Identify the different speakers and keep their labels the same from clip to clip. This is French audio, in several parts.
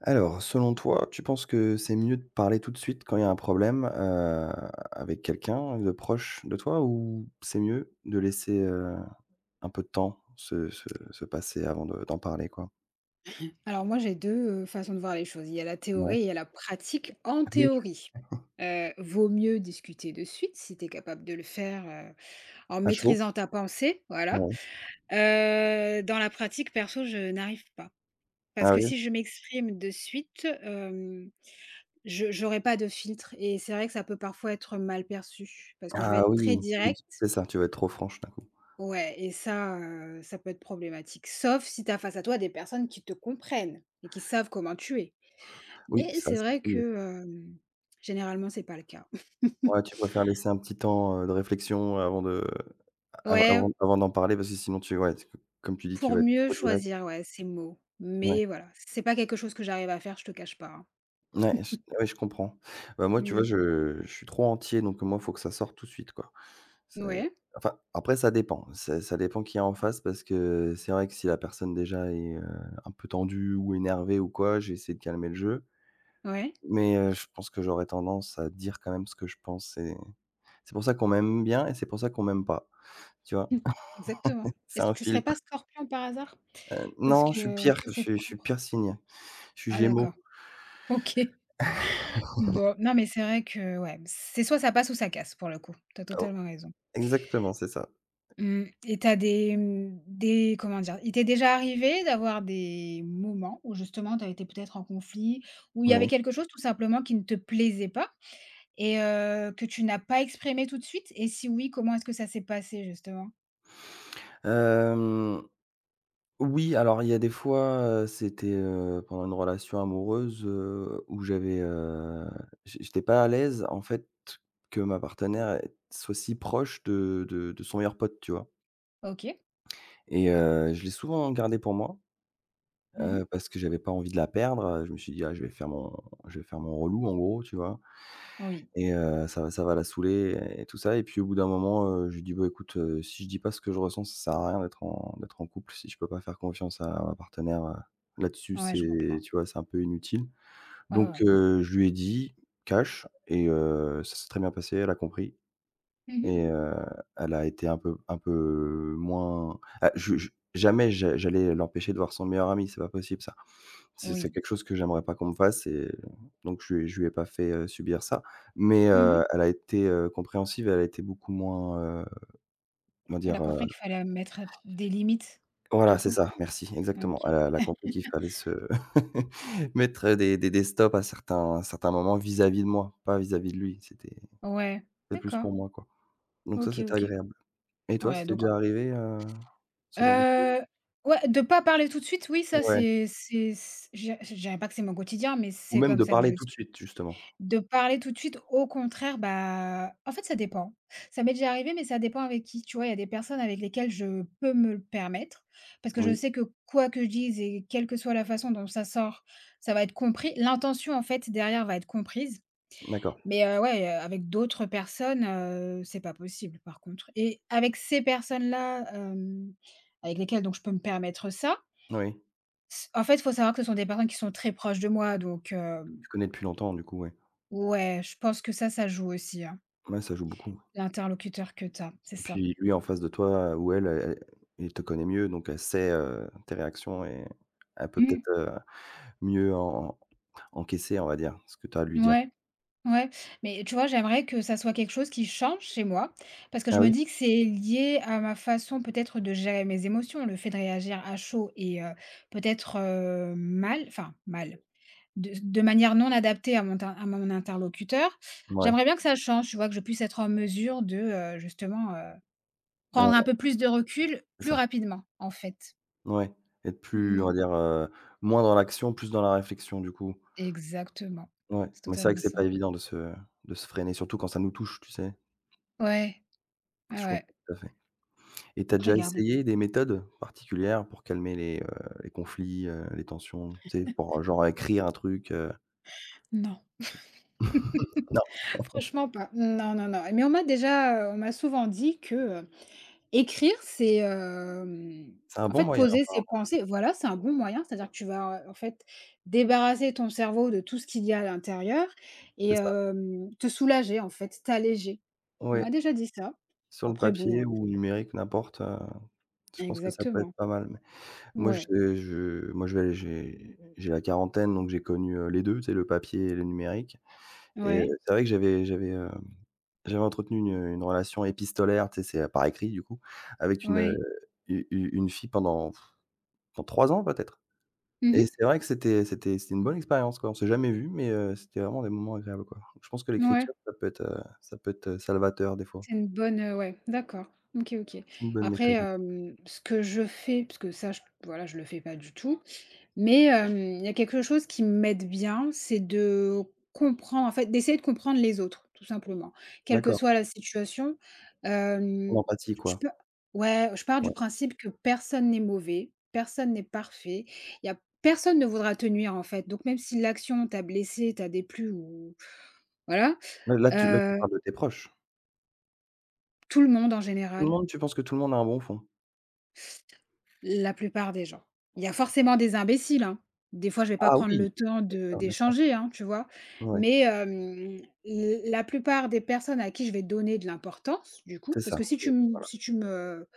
Speaker 1: Alors, selon toi, tu penses que c'est mieux de parler tout de suite quand il y a un problème, avec quelqu'un de proche de toi ou c'est mieux de laisser, un peu de temps se passer avant de d'en parler, quoi?
Speaker 2: Alors moi, j'ai deux façons de voir les choses. Il y a la
Speaker 1: Ouais.
Speaker 2: théorie et il y a la pratique. En
Speaker 1: Oui,
Speaker 2: théorie, vaut mieux discuter de suite si tu es capable de le faire, en
Speaker 1: à chaud?
Speaker 2: maîtrisant ta pensée, voilà.
Speaker 1: Ouais.
Speaker 2: Dans la pratique, perso, je n'arrive pas. Parce
Speaker 1: Ah
Speaker 2: que
Speaker 1: oui?
Speaker 2: si je m'exprime de suite, Je j'aurais pas de filtre et c'est vrai que ça peut parfois être mal perçu parce que je vais
Speaker 1: Ah
Speaker 2: être très
Speaker 1: oui, tu veux di
Speaker 2: directe,
Speaker 1: c'est ça, tu vas être trop franche d'un coup.
Speaker 2: ouais, et ça peut être problématique. Sauf si tu as face à toi des personnes qui te comprennent et qui savent comment tu es.
Speaker 1: Oui,
Speaker 2: Mais
Speaker 1: ça,
Speaker 2: c'est
Speaker 1: c'était
Speaker 2: vrai que,
Speaker 1: mieux.
Speaker 2: généralement, c'est pas le cas.
Speaker 1: Ouais, tu préfères laisser un petit temps, de réflexion avant de av
Speaker 2: Ouais,
Speaker 1: avant avant d'en parler parce que sinon tu ouais, c comme tu dis, tu
Speaker 2: pour
Speaker 1: vas être
Speaker 2: mieux
Speaker 1: trop direct.
Speaker 2: choisir, ouais, ces mots.
Speaker 1: Ouais.
Speaker 2: Mais voilà, c'est pas quelque chose que j'arrive à faire, je te cache pas, hein.
Speaker 1: Ouais, je comprends. Bah, moi, tu vois,
Speaker 2: Mmh.
Speaker 1: je suis trop entier, donc moi, il faut que ça sorte tout de suite, quoi. C'est
Speaker 2: Ouais,
Speaker 1: enfin, après, ça dépend. Ça dépend qui est en face parce que c'est vrai que si la personne, déjà, est, un peu tendue ou énervée ou quoi, j'ai essayé de calmer le jeu.
Speaker 2: ouais.
Speaker 1: Mais je pense que j'aurais tendance à dire quand même ce que je pense et c'est pour ça qu'on m'aime bien et c'est pour ça qu'on m'aime pas, tu vois?
Speaker 2: Mmh. Exactement.
Speaker 1: C'est
Speaker 2: Est-ce
Speaker 1: un
Speaker 2: que tu serais pas
Speaker 1: filtre.
Speaker 2: scorpion par hasard? Parce
Speaker 1: Non, je suis
Speaker 2: que
Speaker 1: pire,
Speaker 2: ça,
Speaker 1: je
Speaker 2: c'est
Speaker 1: suis je suis
Speaker 2: propre.
Speaker 1: pire signe. Je suis
Speaker 2: Ah
Speaker 1: gémeaux.
Speaker 2: d'accord. OK. Bon, non, mais c'est vrai que, ouais, c'est soit ça passe ou ça casse pour le coup. Tu as
Speaker 1: Oh,
Speaker 2: totalement raison.
Speaker 1: exactement, c'est ça.
Speaker 2: Mmh et t'as des comment dire? Il t'est déjà arrivé d'avoir des moments où justement t'as été peut-être en conflit, où il y avait
Speaker 1: Oui.
Speaker 2: quelque chose tout simplement qui ne te plaisait pas et que tu n'as pas exprimé tout de suite? Et si oui, comment est-ce que ça s'est passé justement?
Speaker 1: Hem Oui, alors il y a des fois, c'était, pendant une relation amoureuse, où j'avais, j'étais pas à l'aise, en fait, que ma partenaire est soit si proche de son meilleur pote, tu vois?
Speaker 2: OK.
Speaker 1: Et je l'ai souvent gardé pour moi,
Speaker 2: Mmh.
Speaker 1: parce que j'avais pas envie de la perdre, je me suis dit: «Ah, je vais faire mon relou», en gros, tu vois?
Speaker 2: Oui.
Speaker 1: Et ça va la saouler et tout ça et puis au bout d'un moment, je lui dis: «Bah, écoute, si je dis pas ce que je ressens, ça sert à rien d'être en couple. Si je peux pas faire confiance à ma partenaire, là-dessus,
Speaker 2: Ouais, je
Speaker 1: c'est
Speaker 2: comprends.
Speaker 1: tu vois, c'est un peu inutile».
Speaker 2: Ouais, ouais,
Speaker 1: Donc
Speaker 2: ouais.
Speaker 1: je lui ai dit, cash et ça s'est très bien passé, elle a compris.
Speaker 2: Mmh.
Speaker 1: Et elle a été un peu moins ah je jamais j'allais l'empêcher de voir son meilleur ami, c'est pas possible ça. C'est
Speaker 2: Oui.
Speaker 1: quelque chose que j'aimerais pas qu'on me fasse et donc je lui ai pas fait, subir ça. Mais
Speaker 2: Mmh.
Speaker 1: elle a été, compréhensive et elle a été beaucoup moins, comment
Speaker 2: Elle
Speaker 1: dire?
Speaker 2: a compris qu'il fallait mettre des limites,
Speaker 1: Voilà,
Speaker 2: du
Speaker 1: c'est
Speaker 2: coup?
Speaker 1: ça, merci, exactement.
Speaker 2: OK.
Speaker 1: Elle a compris qu'il fallait se mettre, des stops à certains moments vis-à-vis de moi, pas vis-à-vis de lui.
Speaker 2: Ouais,
Speaker 1: C'était plus
Speaker 2: d'accord.
Speaker 1: pour moi, quoi. Donc ça,
Speaker 2: OK,
Speaker 1: c'était
Speaker 2: OK.
Speaker 1: agréable. Et toi,
Speaker 2: Ouais,
Speaker 1: c'était
Speaker 2: donc
Speaker 1: déjà arrivé, heu? Ce genre de choses?
Speaker 2: heu, ouais, de pas parler tout de suite, oui, ça,
Speaker 1: Ouais.
Speaker 2: c'est c je dirais pas que c'est mon quotidien, mais
Speaker 1: Ou
Speaker 2: c'est
Speaker 1: même
Speaker 2: comme
Speaker 1: de
Speaker 2: ça que
Speaker 1: parler
Speaker 2: je
Speaker 1: tout de
Speaker 2: suis.
Speaker 1: suite, justement.
Speaker 2: De parler tout de suite, au contraire, bah, en fait, ça dépend. Ça m'est déjà arrivé, mais ça dépend avec qui. Tu vois, il y a des personnes avec lesquelles je peux me le permettre, parce que je
Speaker 1: Oui,
Speaker 2: sais que quoi que je dise et quelle que soit la façon dont ça sort, ça va être compris. L'intention, en fait, derrière va être comprise.
Speaker 1: d'accord.
Speaker 2: Mais ouais, avec d'autres personnes, c'est pas possible par contre et avec ces personnes-là, avec lesquelles donc je peux me permettre ça,
Speaker 1: Oui,
Speaker 2: s en fait, il faut savoir que ce sont des personnes qui sont très proches de moi donc
Speaker 1: tu connais depuis longtemps, du coup, ouais.
Speaker 2: ouais, je pense que ça joue aussi, hein,
Speaker 1: Ouais, ça joue beaucoup.
Speaker 2: l'interlocuteur que tu as, c'est
Speaker 1: Et
Speaker 2: ça.
Speaker 1: puis lui, en face de toi ou elle, il te connaît mieux, donc elle sait, tes réactions et elle peut
Speaker 2: Mmh.
Speaker 1: peut-être, mieux en encaisser, on va dire, ce que tu as à lui dire.
Speaker 2: Ouais, ouais, mais tu vois, j'aimerais que ça soit quelque chose qui change chez moi parce que je
Speaker 1: Ah
Speaker 2: me
Speaker 1: oui?
Speaker 2: dis que c'est lié à ma façon peut-être de gérer mes émotions, le fait de réagir à chaud et peut-être, mal, enfin mal de manière non adaptée à mon tin à mon interlocuteur.
Speaker 1: Ouais,
Speaker 2: J'aimerais bien que ça change, tu vois? Que je puisse être en mesure de, justement, prendre un
Speaker 1: bah,
Speaker 2: peu plus de recul
Speaker 1: c'est
Speaker 2: plus
Speaker 1: ça.
Speaker 2: rapidement, en fait.
Speaker 1: Ouais, être plus, on
Speaker 2: Mmh,
Speaker 1: va dire, moins dans l'action, plus dans la réflexion, du coup.
Speaker 2: exactement.
Speaker 1: Ouais,
Speaker 2: C'est
Speaker 1: mais c'est vrai que
Speaker 2: totalement
Speaker 1: c'est pas
Speaker 2: ça.
Speaker 1: évident de se freiner, surtout quand ça nous touche, tu sais?
Speaker 2: Ouais, ouais,
Speaker 1: Je
Speaker 2: ouais.
Speaker 1: comprends tout à fait. Et tu as
Speaker 2: Après
Speaker 1: déjà
Speaker 2: garder
Speaker 1: essayé des méthodes particulières pour calmer les conflits, les tensions? Tu sais, pour, genre écrire un truc, heu?
Speaker 2: non.
Speaker 1: Non,
Speaker 2: Franchement pas. Non, non, non. Mais on m'a souvent dit que, écrire, c'est,
Speaker 1: c'est un
Speaker 2: en
Speaker 1: bon
Speaker 2: fait,
Speaker 1: moyen
Speaker 2: poser ses
Speaker 1: apparemment,
Speaker 2: pensées voilà, c'est un bon moyen, c'est-à-dire que tu vas, en fait, débarrasser ton cerveau de tout ce qu'il y a à l'intérieur et
Speaker 1: c'est ça?
Speaker 2: te soulager, en fait, t'alléger. On
Speaker 1: Ouais,
Speaker 2: m'a déjà dit ça.
Speaker 1: sur le
Speaker 2: Après bon,
Speaker 1: papier ou numérique, n'importe, je pense que ça peut être
Speaker 2: exactement.
Speaker 1: pas mal, mais moi
Speaker 2: Ouais,
Speaker 1: je moi je vais j'ai la quarantaine, donc j'ai connu, les 2, tu sais, le papier et le numérique et
Speaker 2: ouais,
Speaker 1: c'est vrai que j'avais entretenu une relation épistolaire, tu sais, c'est, par écrit du coup, avec une,
Speaker 2: ouais.
Speaker 1: u u une fille pendant 3 ans peut-être?
Speaker 2: Mmh.
Speaker 1: Et c'est vrai que c'était une bonne expérience, quoi. On s'est jamais vus, mais c'était vraiment des moments agréables, quoi. Je pense que
Speaker 2: Ouais,
Speaker 1: l'écriture, ça peut être, salvateur des fois.
Speaker 2: c'est une bonne, ouais, d'accord. OK, OK.
Speaker 1: C'est une bonne
Speaker 2: Après,
Speaker 1: méthode.
Speaker 2: ce que je fais, parce que ça, je voilà, je le fais pas du tout, mais il y a quelque chose qui m'aide bien, c'est de comprendre en fait, d'essayer de comprendre les autres, tout simplement. Quelle que
Speaker 1: D'accord,
Speaker 2: soit la situation,
Speaker 1: en
Speaker 2: hem,
Speaker 1: empathie,
Speaker 2: je
Speaker 1: quoi.
Speaker 2: peux ouais, je pars du
Speaker 1: Ouais.
Speaker 2: principe que personne n'est mauvais, personne n'est parfait. Il y a personne ne voudra te nuire, en fait. Donc même si l'action t'a blessé, t'a déplu ou voilà,
Speaker 1: Là, tu
Speaker 2: heu,
Speaker 1: parles de tes proches.
Speaker 2: tout le monde en
Speaker 1: Tout le
Speaker 2: général.
Speaker 1: monde tu penses que tout le monde a un bon fond?
Speaker 2: La plupart des gens. Il y a forcément des imbéciles, hein. Des fois, je vais pas
Speaker 1: Ah
Speaker 2: prendre
Speaker 1: oui!
Speaker 2: le temps
Speaker 1: Bien
Speaker 2: de
Speaker 1: sûr, bien sûr.
Speaker 2: d'échanger, hein, tu vois?
Speaker 1: Ouais,
Speaker 2: Mais, l la plupart des personnes à qui je vais donner de l'importance, du
Speaker 1: c'est
Speaker 2: coup, parce
Speaker 1: ça.
Speaker 2: que si tu
Speaker 1: Oui.
Speaker 2: m si tu me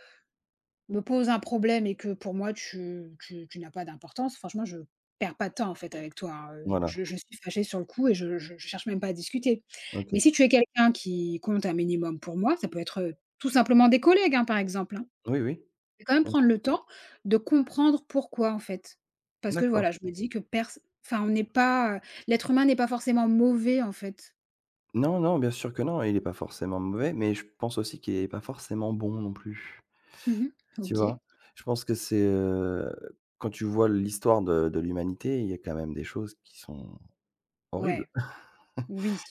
Speaker 2: me poses un problème et que pour moi tu n'as pas d'importance, franchement, je perds pas de temps, en fait, avec toi, hein,
Speaker 1: Voilà,
Speaker 2: je suis fâchée sur le coup et je cherche même pas à discuter.
Speaker 1: OK.
Speaker 2: Mais si tu es quelqu'un qui compte un minimum pour moi, ça peut être, tout simplement des collègues, hein, par exemple, hein,
Speaker 1: Oui, oui,
Speaker 2: vais quand même
Speaker 1: bien sûr.
Speaker 2: prendre le temps de comprendre pourquoi, en fait. Parce que
Speaker 1: D'accord.
Speaker 2: voilà, je me dis que pers enfin, on n'est pas, l'être humain n'est pas forcément mauvais, en fait.
Speaker 1: Non, non, bien sûr que non, il est pas forcément mauvais, mais je pense aussi qu'il est pas forcément bon non plus.
Speaker 2: Mmh.
Speaker 1: Tu
Speaker 2: OK.
Speaker 1: vois? Je pense que c'est, quand tu vois l'histoire de l'humanité, il y a quand même des choses qui sont horribles
Speaker 2: Ouais, oui,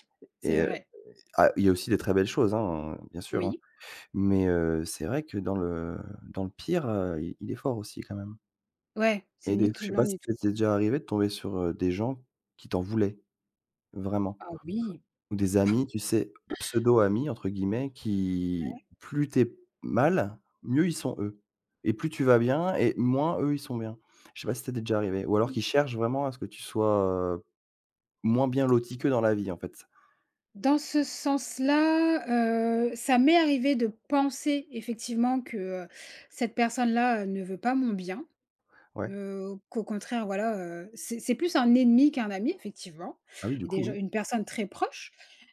Speaker 1: et
Speaker 2: c'est vrai.
Speaker 1: ah, il y a aussi des très belles choses, hein, bien sûr, hein,
Speaker 2: Oui.
Speaker 1: mais c'est vrai que dans le pire, il est fort aussi quand même
Speaker 2: Ouais, c'est
Speaker 1: et des
Speaker 2: ni
Speaker 1: je
Speaker 2: tout
Speaker 1: sais
Speaker 2: blanc,
Speaker 1: pas si
Speaker 2: ni tout.
Speaker 1: ça déjà arrivé de tomber sur, des gens qui t'en voulaient, vraiment?
Speaker 2: Ah oui.
Speaker 1: Ou des amis, tu sais, pseudo-amis entre guillemets qui plus t'es mal, mieux ils sont eux et plus tu vas bien et moins eux, ils sont bien. Je sais pas si ça t'est déjà arrivé ou alors qu'ils cherchent vraiment à ce que tu sois, moins bien loti qu'eux dans la vie en fait.
Speaker 2: Dans ce sens-là, ça m'est arrivé de penser effectivement que, heu, cette personne-là, ne veut pas mon bien.
Speaker 1: Ouais.
Speaker 2: Qu'au contraire, voilà, c'est plus un ennemi qu'un ami, effectivement,
Speaker 1: Ah oui, du
Speaker 2: et
Speaker 1: coup,
Speaker 2: déjà
Speaker 1: oui.
Speaker 2: une personne très proche.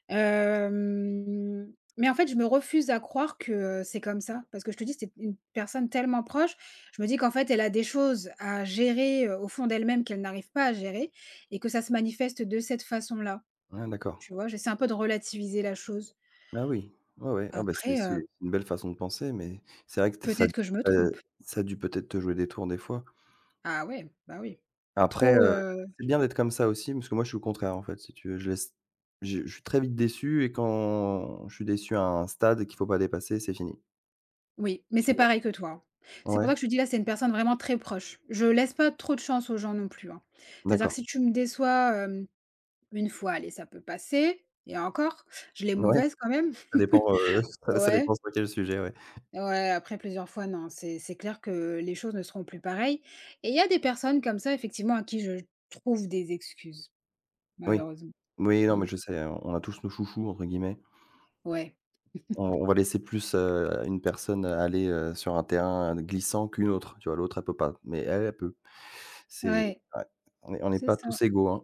Speaker 2: Mais en fait, je me refuse à croire que, c'est comme ça, parce que je te dis, c'est une personne tellement proche. Je me dis qu'en fait, elle a des choses à gérer, au fond d'elle-même qu'elle n'arrive pas à gérer et que ça se manifeste de cette façon-là,
Speaker 1: Ah d'accord.
Speaker 2: tu vois? J'essaie un peu de relativiser la chose.
Speaker 1: Ah oui. Ouais, ouais. Ah bah, c'est
Speaker 2: Après,
Speaker 1: c'est une belle façon de penser mais c'est vrai que t ça,
Speaker 2: peut-être que je me trompe.
Speaker 1: ça a dû peut-être te jouer des tours des fois.
Speaker 2: Ah ouais, bah oui.
Speaker 1: Après,
Speaker 2: Trop.
Speaker 1: c'est bien d'être comme ça aussi, parce que moi je suis le contraire en fait, si tu veux. Je suis très vite déçu et quand je suis déçu à un stade qu'il faut pas dépasser, c'est fini,
Speaker 2: Oui, mais
Speaker 1: tu
Speaker 2: c'est
Speaker 1: vois?
Speaker 2: pareil que toi, hein. C'est pour ça
Speaker 1: Ouais,
Speaker 2: que je te dis là, c'est une personne vraiment très proche. Je laisse pas trop de chance aux gens non plus, hein. C'est-à-dire que
Speaker 1: d'accord.
Speaker 2: si tu me déçois, une fois, allez, ça peut passer et encore, je l'ai
Speaker 1: Ouais,
Speaker 2: mauvaise quand même.
Speaker 1: ça dépend, ça
Speaker 2: Ouais,
Speaker 1: dépend sur quel sujet, ouais.
Speaker 2: ouais, après plusieurs fois, non, c'est clair que les choses ne seront plus pareilles et il y a des personnes comme ça, effectivement, à qui je trouve des excuses,
Speaker 1: Oui.
Speaker 2: malheureusement.
Speaker 1: Oui, non, mais
Speaker 2: Mmh.
Speaker 1: je sais, on a tous nos «chouchous» entre guillemets.
Speaker 2: Ouais,
Speaker 1: On va laisser plus, une personne aller, sur un terrain glissant qu'une autre, tu vois? L'autre elle peut pas, mais elle, elle peut. C'est
Speaker 2: ouais,
Speaker 1: ouais, on est
Speaker 2: c'est
Speaker 1: pas
Speaker 2: ça,
Speaker 1: tous égaux, hein.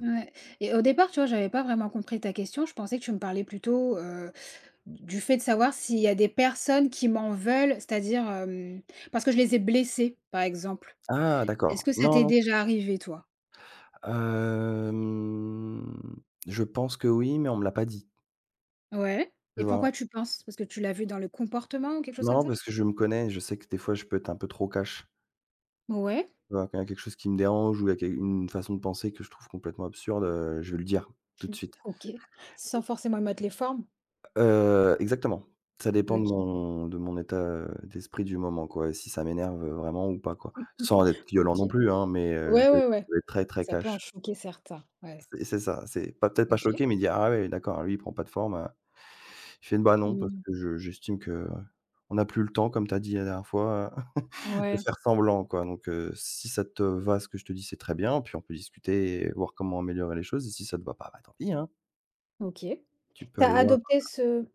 Speaker 2: ouais et au départ, tu vois, j'avais pas vraiment compris ta question. Je pensais que tu me parlais plutôt, du fait de savoir s'il y a des personnes qui m'en veulent, c'est-à-dire, parce que je les ai blessées, par exemple.
Speaker 1: Ah
Speaker 2: Est-ce
Speaker 1: d'accord.
Speaker 2: que ça
Speaker 1: Non,
Speaker 2: t'est
Speaker 1: non.
Speaker 2: déjà arrivé, toi?
Speaker 1: Hem, je pense que oui, mais on me l'a pas dit,
Speaker 2: Ouais,
Speaker 1: tu
Speaker 2: et
Speaker 1: vois?
Speaker 2: pourquoi tu penses? Parce que tu l'as vu dans le comportement ou quelque chose comme
Speaker 1: Non,
Speaker 2: ça?
Speaker 1: parce que je me connais, je sais que des fois je peux être un peu trop cash,
Speaker 2: Ouais,
Speaker 1: tu vois? Quand il y a quelque chose qui me dérange ou il y a quel une façon de penser que je trouve complètement absurde, je vais le dire tout de suite.
Speaker 2: OK, sans forcément mettre les formes?
Speaker 1: Exactement, ça dépend de
Speaker 2: OK.
Speaker 1: mon de mon état, d'esprit du moment, quoi, et si ça m'énerve, vraiment ou pas, quoi. Sans être violent
Speaker 2: OK.
Speaker 1: non plus, hein, mais
Speaker 2: Ouais, ouais, ouais,
Speaker 1: je vais être très, très
Speaker 2: ça peut en
Speaker 1: cash.
Speaker 2: choquer certains, ouais.
Speaker 1: C'est ça, c'est pas peut-être pas
Speaker 2: OK.
Speaker 1: choqué, mais il dit: «Ah ouais, d'accord, lui, il prend pas de forme». Je fais: «Bah non, parce
Speaker 2: Mmh.
Speaker 1: que je j'estime qu'on n'a plus le temps, comme tu as dit la dernière fois, de
Speaker 2: Ouais,
Speaker 1: faire semblant, quoi. Donc si ça te va ce que je te dis, c'est très bien, puis on peut discuter et voir comment améliorer les choses et si ça te va pas, bah tant pis, hein,
Speaker 2: OK.
Speaker 1: tu peux
Speaker 2: T'as
Speaker 1: aller voir
Speaker 2: adopté ce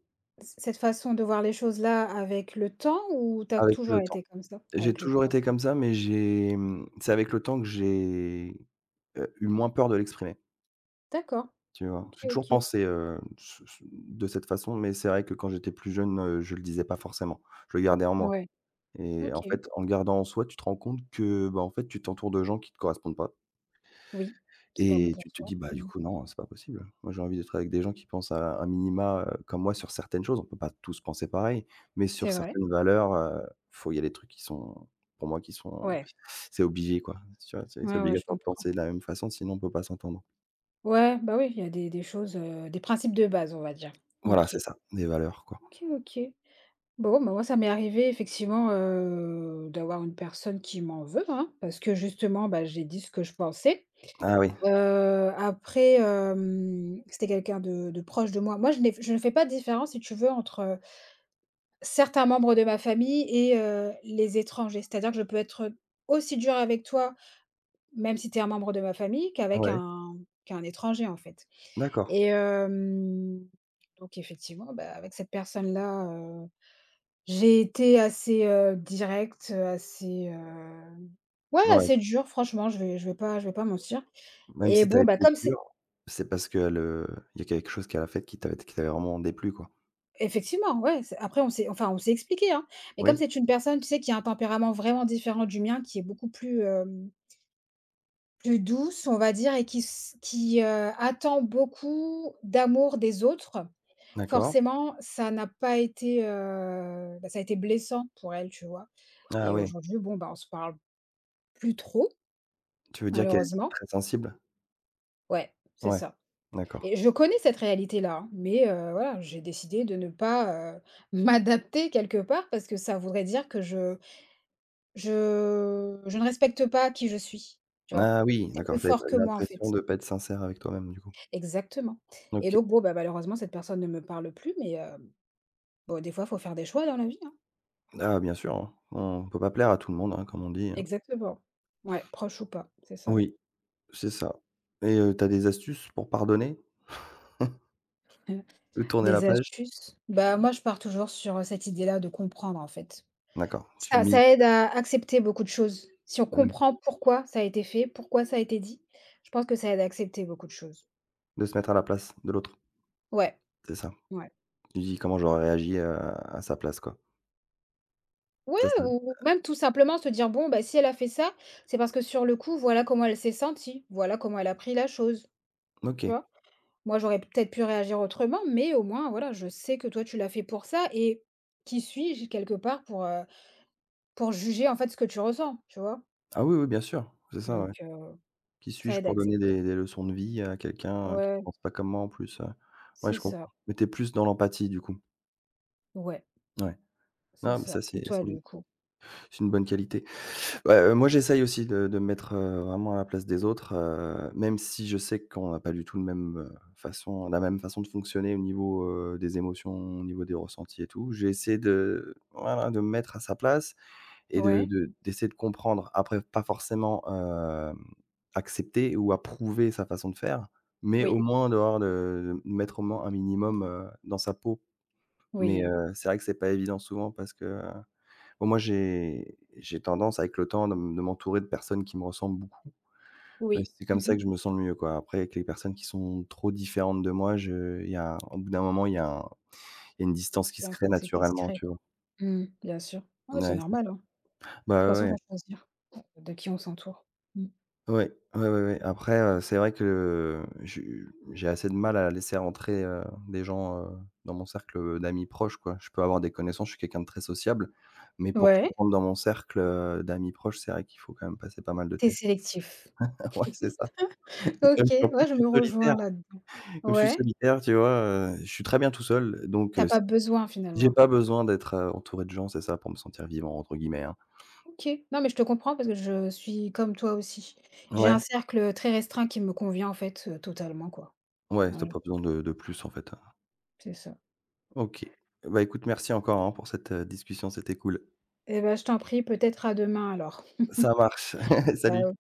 Speaker 2: cette façon de voir les choses-là avec le temps ou t'as
Speaker 1: avec
Speaker 2: toujours
Speaker 1: le temps».
Speaker 2: été comme ça,
Speaker 1: J'ai
Speaker 2: avec le.
Speaker 1: toujours été comme ça, mais j'ai, c'est avec le temps que j'ai, eu moins peur de l'exprimer.
Speaker 2: D'accord.
Speaker 1: Tu vois?
Speaker 2: OK,
Speaker 1: J'ai toujours
Speaker 2: OK.
Speaker 1: pensé, ce ce de cette façon, mais c'est vrai que quand j'étais plus jeune, je le disais pas forcément. Je le gardais en moi
Speaker 2: Ouais,
Speaker 1: et
Speaker 2: OK.
Speaker 1: en fait, en le gardant en soi, tu te rends compte que, bah, en fait, tu t'entoures de gens qui te correspondent pas
Speaker 2: Oui, c'est pas bon
Speaker 1: et
Speaker 2: pour
Speaker 1: tu te
Speaker 2: soi.
Speaker 1: dis: «Bah, du
Speaker 2: Mmh.
Speaker 1: coup, non, c'est pas possible. Moi, j'ai envie d'être avec des gens qui pensent à un minima, comme moi sur certaines choses». On peut pas tous penser pareil, mais sur
Speaker 2: C'est vrai.
Speaker 1: certaines valeurs, faut il y a des trucs qui sont pour moi, qui sont
Speaker 2: Ouais.
Speaker 1: c'est obligé, quoi. Tu vois? C'est
Speaker 2: Ouais, ouais, je
Speaker 1: obligatoire de
Speaker 2: comprends.
Speaker 1: penser de la même façon, sinon on peut pas s'entendre.
Speaker 2: Ouais, bah, oui, il y a des choses, des principes de base, on va dire.
Speaker 1: Voilà,
Speaker 2: OK.
Speaker 1: c'est ça, des valeurs, quoi.
Speaker 2: OK, OK. Bon, bah, moi, ça m'est arrivé effectivement, d'avoir une personne qui m'en veut, hein, parce que justement, bah, j'ai dit ce que je pensais.
Speaker 1: Ah oui,
Speaker 2: Après, c'était quelqu'un de proche de moi. Moi, je ne fais pas de différence, si tu veux, entre certains membres de ma famille et les étrangers. C'est-à-dire que je peux être aussi dure avec toi, même si tu es un membre de ma famille, qu'avec
Speaker 1: ouais.
Speaker 2: un qu'un étranger, en fait
Speaker 1: D'accord,
Speaker 2: et donc effectivement, bah, avec cette personne-là, j'ai été assez, directe, assez, ouais,
Speaker 1: ouais,
Speaker 2: assez dure franchement, je vais pas mentir
Speaker 1: même
Speaker 2: et
Speaker 1: si tu as
Speaker 2: bon, bah,
Speaker 1: été
Speaker 2: comme c'est
Speaker 1: dur, c'est parce que le il y a quelque chose qu'elle a fait qui t'avait vraiment déplu, quoi?
Speaker 2: effectivement, ouais, c'est après on s'est enfin on s'est expliqué, hein, mais comme
Speaker 1: Oui,
Speaker 2: c'est une personne, tu sais, qui a un tempérament vraiment différent du mien, qui est beaucoup plus, hem plus douce, on va dire et qui attend beaucoup d'amour des autres.
Speaker 1: d'accord.
Speaker 2: Forcément, ça n'a pas été, bah, ça a été blessant pour elle, tu vois?
Speaker 1: Ah
Speaker 2: Et
Speaker 1: oui,
Speaker 2: aujourd'hui, bon, bah, on se parle plus trop,
Speaker 1: tu veux dire qu'elle est
Speaker 2: malheureusement.
Speaker 1: très sensible?
Speaker 2: Ouais, c'est
Speaker 1: Ouais,
Speaker 2: ça.
Speaker 1: d'accord.
Speaker 2: Et je connais cette réalité-là, hein, mais voilà, j'ai décidé de ne pas, m'adapter quelque part parce que ça voudrait dire que je ne respecte pas qui je suis, tu vois?
Speaker 1: Ah oui,
Speaker 2: C'est
Speaker 1: d'accord,
Speaker 2: plus
Speaker 1: t'avais pas
Speaker 2: fort que moi, en
Speaker 1: l'impression
Speaker 2: fait.
Speaker 1: de pas être sincère avec toi-même, du coup?
Speaker 2: Exactement et
Speaker 1: OK.
Speaker 2: donc bon, bah, malheureusement, cette personne ne me parle plus, mais bon, des fois, il faut faire des choix dans la vie, hein.
Speaker 1: Ah bien sûr, hein, on peut pas plaire à tout le monde, hein, comme on dit, hein.
Speaker 2: Exactement. Ouais, proche ou pas, c'est ça.
Speaker 1: Oui, c'est ça et tu des astuces pour pardonner? Ou tourner la
Speaker 2: Des
Speaker 1: page?
Speaker 2: astuces? Bah, moi, je pars toujours sur, cette idée-là de comprendre, en fait.
Speaker 1: D'accord, tu
Speaker 2: Ça
Speaker 1: mises
Speaker 2: ça aide à accepter beaucoup de choses. Si on
Speaker 1: bah oui,
Speaker 2: comprend pourquoi ça a été fait, pourquoi ça a été dit, je pense que ça aide à accepter beaucoup de choses.
Speaker 1: de se mettre à la place de l'autre,
Speaker 2: Ouais,
Speaker 1: c'est ça.
Speaker 2: ouais.
Speaker 1: Tu dis: «Comment j'aurais réagi, à sa place, quoi».
Speaker 2: Ouais,
Speaker 1: Ça
Speaker 2: ou même tout simplement se dire: «Bon, bah, si elle a fait ça, c'est parce que sur le coup, voilà comment elle s'est sentie, voilà comment elle a pris la chose». Tu
Speaker 1: OK.
Speaker 2: vois? Moi, j'aurais peut-être pu réagir autrement, mais au moins, voilà, je sais que toi, tu l'as fait pour ça et qui suis-je quelque part pour juger, en fait, ce que tu ressens, tu vois?
Speaker 1: Ah oui, oui, bien sûr, c'est ça, ouais.
Speaker 2: Donc
Speaker 1: Qui
Speaker 2: ça
Speaker 1: suis-je
Speaker 2: aide à
Speaker 1: pour donner
Speaker 2: accepter.
Speaker 1: des leçons de vie à quelqu'un qui
Speaker 2: Ouais,
Speaker 1: pense pas comme moi en plus, heu? Ouais,
Speaker 2: c'est
Speaker 1: je
Speaker 2: ça.
Speaker 1: comprends. Mais tu plus dans l'empathie du coup?
Speaker 2: Ouais,
Speaker 1: Ouais.
Speaker 2: c'est
Speaker 1: Non, mais
Speaker 2: ça.
Speaker 1: ça
Speaker 2: Et
Speaker 1: c'est
Speaker 2: toi,
Speaker 1: c'est une
Speaker 2: du coup?
Speaker 1: c'est une bonne qualité. Bah, moi j'essaye aussi de me mettre, vraiment à la place des autres, même si je sais qu'on n'a pas du tout le même, façon la même façon de fonctionner au niveau, des émotions, au niveau des ressentis et tout. J'essaie de voilà, de me mettre à sa place et
Speaker 2: Ouais?
Speaker 1: de d'essayer de comprendre, après pas forcément, accepter ou approuver sa façon de faire, mais au
Speaker 2: Oui,
Speaker 1: moins d'avoir de mettre au moins un minimum, dans sa peau. Mais,
Speaker 2: oui,
Speaker 1: c'est vrai que c'est pas évident souvent parce que, bon moi j'ai tendance avec le temps de m'entourer de personnes qui me ressemblent beaucoup.
Speaker 2: oui.
Speaker 1: C'est comme ça
Speaker 2: Mmh.
Speaker 1: que je me sens le mieux quoi. Après avec les personnes qui sont trop différentes de moi, je il y a au bout d'un moment, il y a une distance qui se
Speaker 2: Bien
Speaker 1: crée
Speaker 2: faut c'est
Speaker 1: naturellement,
Speaker 2: discret.
Speaker 1: tu vois?
Speaker 2: Mmh, bien sûr. Ouais, c'est
Speaker 1: Ouais, c'est
Speaker 2: normal,
Speaker 1: ça.
Speaker 2: hein. De toute
Speaker 1: Bah,
Speaker 2: façon,
Speaker 1: ouais, ouais.
Speaker 2: faut choisir de qui on s'entoure. Mmh.
Speaker 1: Ouais, ouais, ouais, ouais. Après, c'est vrai que je j'ai assez de mal à laisser rentrer, des gens, dans mon cercle, d'amis proches, quoi. Je peux avoir des connaissances, je suis quelqu'un de très sociable, mais pour que tu
Speaker 2: Ouais,
Speaker 1: rentres dans mon cercle, d'amis proches, c'est vrai qu'il faut quand même passer pas mal de
Speaker 2: t'es
Speaker 1: tests.
Speaker 2: sélectif.
Speaker 1: Ouais, c'est ça. Et comme
Speaker 2: OK,
Speaker 1: je suis en plus,
Speaker 2: ouais,
Speaker 1: je
Speaker 2: je
Speaker 1: suis
Speaker 2: me
Speaker 1: solitaire,
Speaker 2: rejoins là-dedans.
Speaker 1: comme je suis
Speaker 2: Ouais,
Speaker 1: solitaire, tu vois, je suis très bien tout seul, donc
Speaker 2: t'as
Speaker 1: si
Speaker 2: pas besoin
Speaker 1: j'ai
Speaker 2: finalement.
Speaker 1: pas besoin d'être, entouré de gens, c'est ça, pour me sentir «vivant» entre guillemets, hein.
Speaker 2: OK. Non, mais je te comprends parce que je suis comme toi aussi. J'ai
Speaker 1: Ouais,
Speaker 2: un cercle très restreint qui me convient en fait, totalement quoi.
Speaker 1: ouais, t'as
Speaker 2: Voilà,
Speaker 1: pas besoin de plus, en fait, hein.
Speaker 2: c'est ça.
Speaker 1: OK. Bah, écoute, merci encore, hein, pour cette, discussion, c'était cool.
Speaker 2: Et ben je t'en prie, peut-être à demain alors.
Speaker 1: Ça marche. Salut.